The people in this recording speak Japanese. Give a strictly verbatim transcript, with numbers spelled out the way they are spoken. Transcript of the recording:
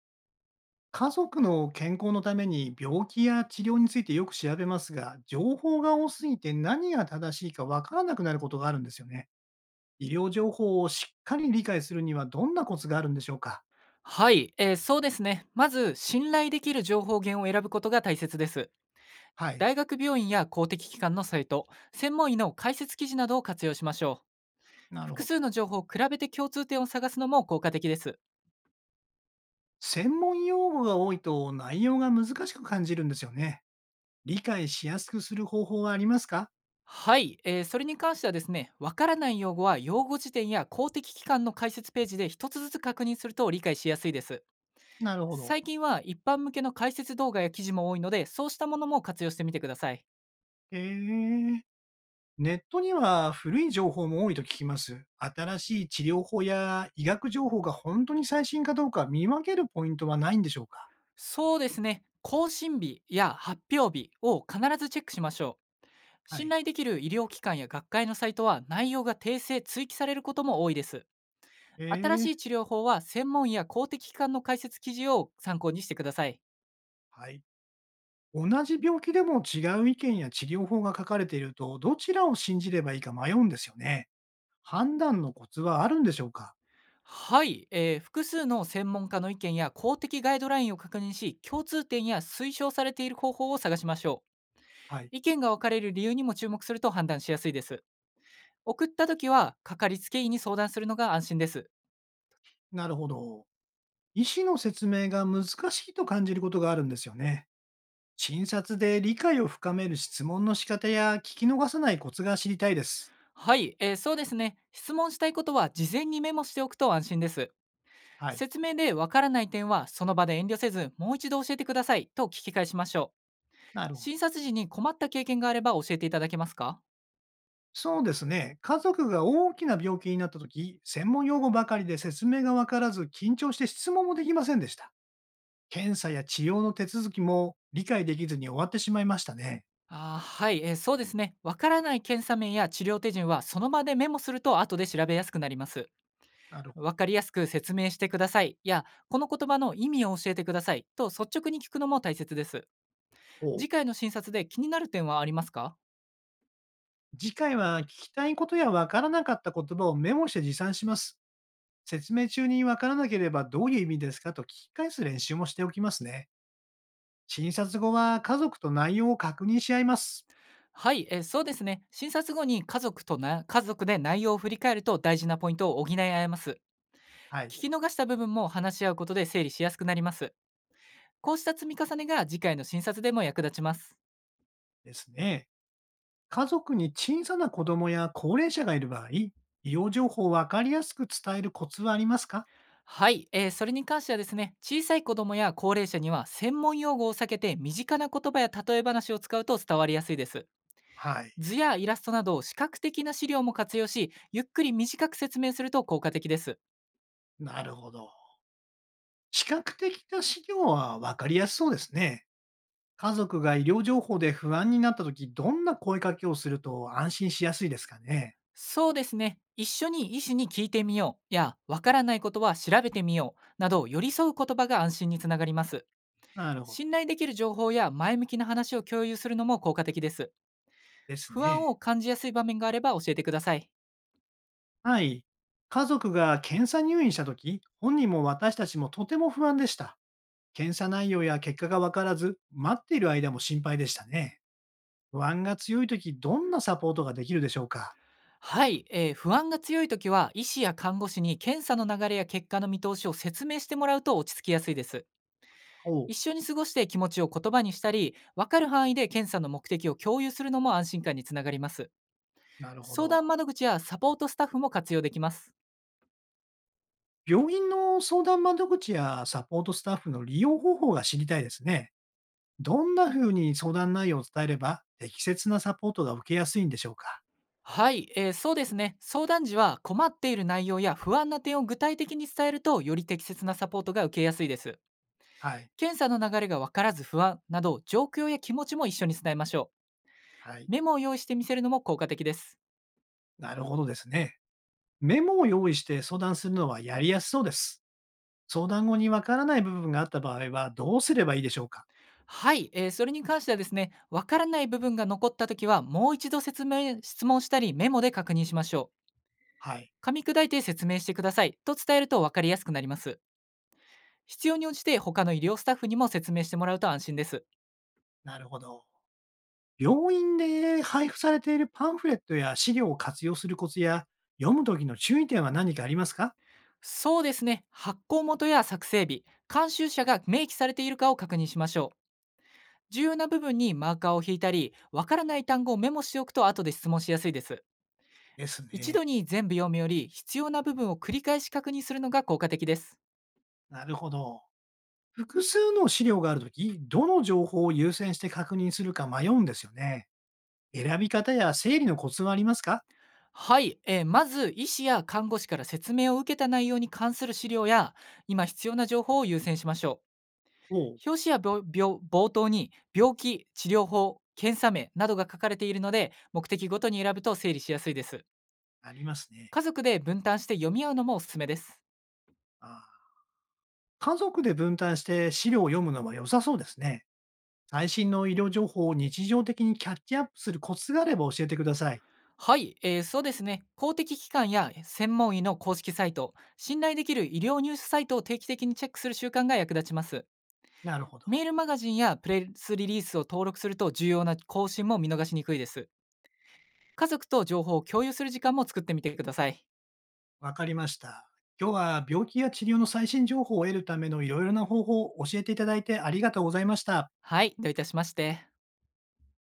家族の健康のために病気や治療についてよく調べますが、情報が多すぎて何が正しいかわからなくなることがあるんですよね。医療情報をしっかり理解するにはどんなコツがあるんでしょうか？はい、えーそうですね。まず、信頼できる情報源を選ぶことが大切です。はい。大学病院や公的機関のサイト、専門医の解説記事などを活用しましょう。なる複ほど。数の情報を比べて共通点を探すのも効果的です。専門用語が多いと内容が難しく感じるんですよね。理解しやすくする方法はありますか？はい、えーそれに関してはですね、わからない用語は用語辞典や公的機関の解説ページで一つずつ確認すると理解しやすいです。なるほど。最近は一般向けの解説動画や記事も多いので、そうしたものも活用してみてください。へえ。ネットには古い情報も多いと聞きます。新しい治療法や医学情報が本当に最新かどうか見分けるポイントはないんでしょうか？そうですね。更新日や発表日を必ずチェックしましょう。は信い。頼できる医療機関や学会のサイトは内容が訂正・追記されることも多いです。え新しー、い治療法は専門医や公的機関の解説記事を参考にしてください。はい。同じ病気でも違う意見や治療法が書かれていると、どちらを信じればいいか迷うんですよね。判断のコツはあるんでしょうか？はい、えー複数の専門家の意見や公的ガイドラインを確認し、共通点や推奨されている方法を探しましょう。はい。意見が分かれる理由にも注目すると判断しやすいです。送った時は、かかりつけ医に相談するのが安心です。なるほど。医師の説明が難しいと感じることがあるんですよね。診察で理解を深める質問の仕方や聞き逃さないコツが知りたいです。はい、えーそうですね。質問したいことは事前にメモしておくと安心です。はい。説明でわからない点はその場で遠慮せず、もう一度教えてくださいと聞き返しましょう。なるほど。診察時に困った経験があれば教えていただけますか？そうですね。家族が大きな病気になった時、専門用語ばかりで説明がわからず、緊張して質問もできませんでした。検査や治療の手続きも理解できずに終わってしまいましたね。あー、はい、えーそうですね。わからない検査名や治療手順はその場でメモすると後で調べやすくなります。なるほど。わかりやすく説明してくださいや、この言葉の意味を教えてくださいと率直に聞くのも大切です。おう。次回の診察で気になる点はありますか？次回は聞きたいことやわからなかった言葉をメモして持参します。説明中にわからなければどういう意味ですかと聞き返す練習もしておきますね。診察後は家族と内容を確認し合います。はい、え、そうですね。診察後に家族とな家族で内容を振り返ると大事なポイントを補い合えます。はい。聞き逃した部分も話し合うことで整理しやすくなります。こうした積み重ねが次回の診察でも役立ちます。ですね。家族に小さな子供や高齢者がいる場合、医療情報をわかりやすく伝えるコツはありますか？はい、えー、それに関してはですね、小さい子供や高齢者には専門用語を避けて身近な言葉や例え話を使うと伝わりやすいです。はい。図やイラストなど視覚的な資料も活用し、ゆっくり短く説明すると効果的です。なるほど。視覚的な資料はわかりやすそうですね。家族が医療情報で不安になったとき、どんな声かけをすると安心しやすいですかね？そうですね。一緒に医師に聞いてみようや、わからないことは調べてみようなど、寄り添う言葉が安心につながります。なるほど。信頼できる情報や前向きな話を共有するのも効果的です。です不安ね。を感じやすい場面があれば教えてください。はい。家族が検査入院したとき、本人も私たちもとても不安でした。検査内容や結果が分からず、待っている間も心配でしたね。不安が強いとき、どんなサポートができるでしょうか？はい、えー不安が強い時は、医師や看護師に検査の流れや結果の見通しを説明してもらうと落ち着きやすいです。ほう、一緒に過ごして気持ちを言葉にしたり、わかる範囲で検査の目的を共有するのも安心感につながります。なるほ相ど。談窓口やサポートスタッフも活用できます。病院の相談窓口やサポートスタッフの利用方法が知りたいですね。どんな風に相談内容を伝えれば、適切なサポートが受けやすいんでしょうか？はい、えーそうですね。相談時は困っている内容や不安な点を具体的に伝えると、より適切なサポートが受けやすいです。はい、検査の流れが分からず不安など、状況や気持ちも一緒に伝えましょはい。う。メモを用意して見せるのも効果的です。なるほどですね。メモを用意して相談するのはやりやすそうです。相談後にわからない部分があった場合はどうすればいいでしょうか？はい、えーそれに関してはですね、分からない部分が残ったときは、もう一度説明、質問したり、メモで確認しましょはい、う。噛み砕いて説明してくださいと伝えると分かりやすくなります。必要に応じて他の医療スタッフにも説明してもらうと安心です。なるほど。病院で配布されているパンフレットや資料を活用するコツや、読む時の注意点は何かありますか？そうですね。発行元や作成日、監修者が明記されているかを確認しましょう。重要な部分にマーカーを引いたり、わからない単語をメモしておくと後で質問しやすいです。です一度ね。に全部読むより、必要な部分を繰り返し確認するのが効果的です。なるほど。複数の資料があるとき、どの情報を優先して確認するか迷うんですよね。選び方や整理のコツはありますか？はい、えーまず医師や看護師から説明を受けた内容に関する資料や今必要な情報を優先しましょう。ほう、表紙や病病冒頭に病気、治療法、検査名などが書かれているので、目的ごとに選ぶと整理しやすいです。ありますね。家族で分担して読み合うのもおすすめです。ああ、家族で分担して資料を読むのは良さそうですね。最新の医療情報を日常的にキャッチアップするコツがあれば教えてください。はい、えー、そうですね。公的機関や専門医の公式サイト、信頼できる医療ニュースサイトを定期的にチェックする習慣が役立ちます。なるほど。メールマガジンやプレスリリースを登録すると重要な更新も見逃しにくいです。家族と情報を共有する時間も作ってみてください。わかりました。今日は病気や治療の最新情報を得るためのいろいろな方法を教えていただいてありがとうございました。はい、どういたしまして。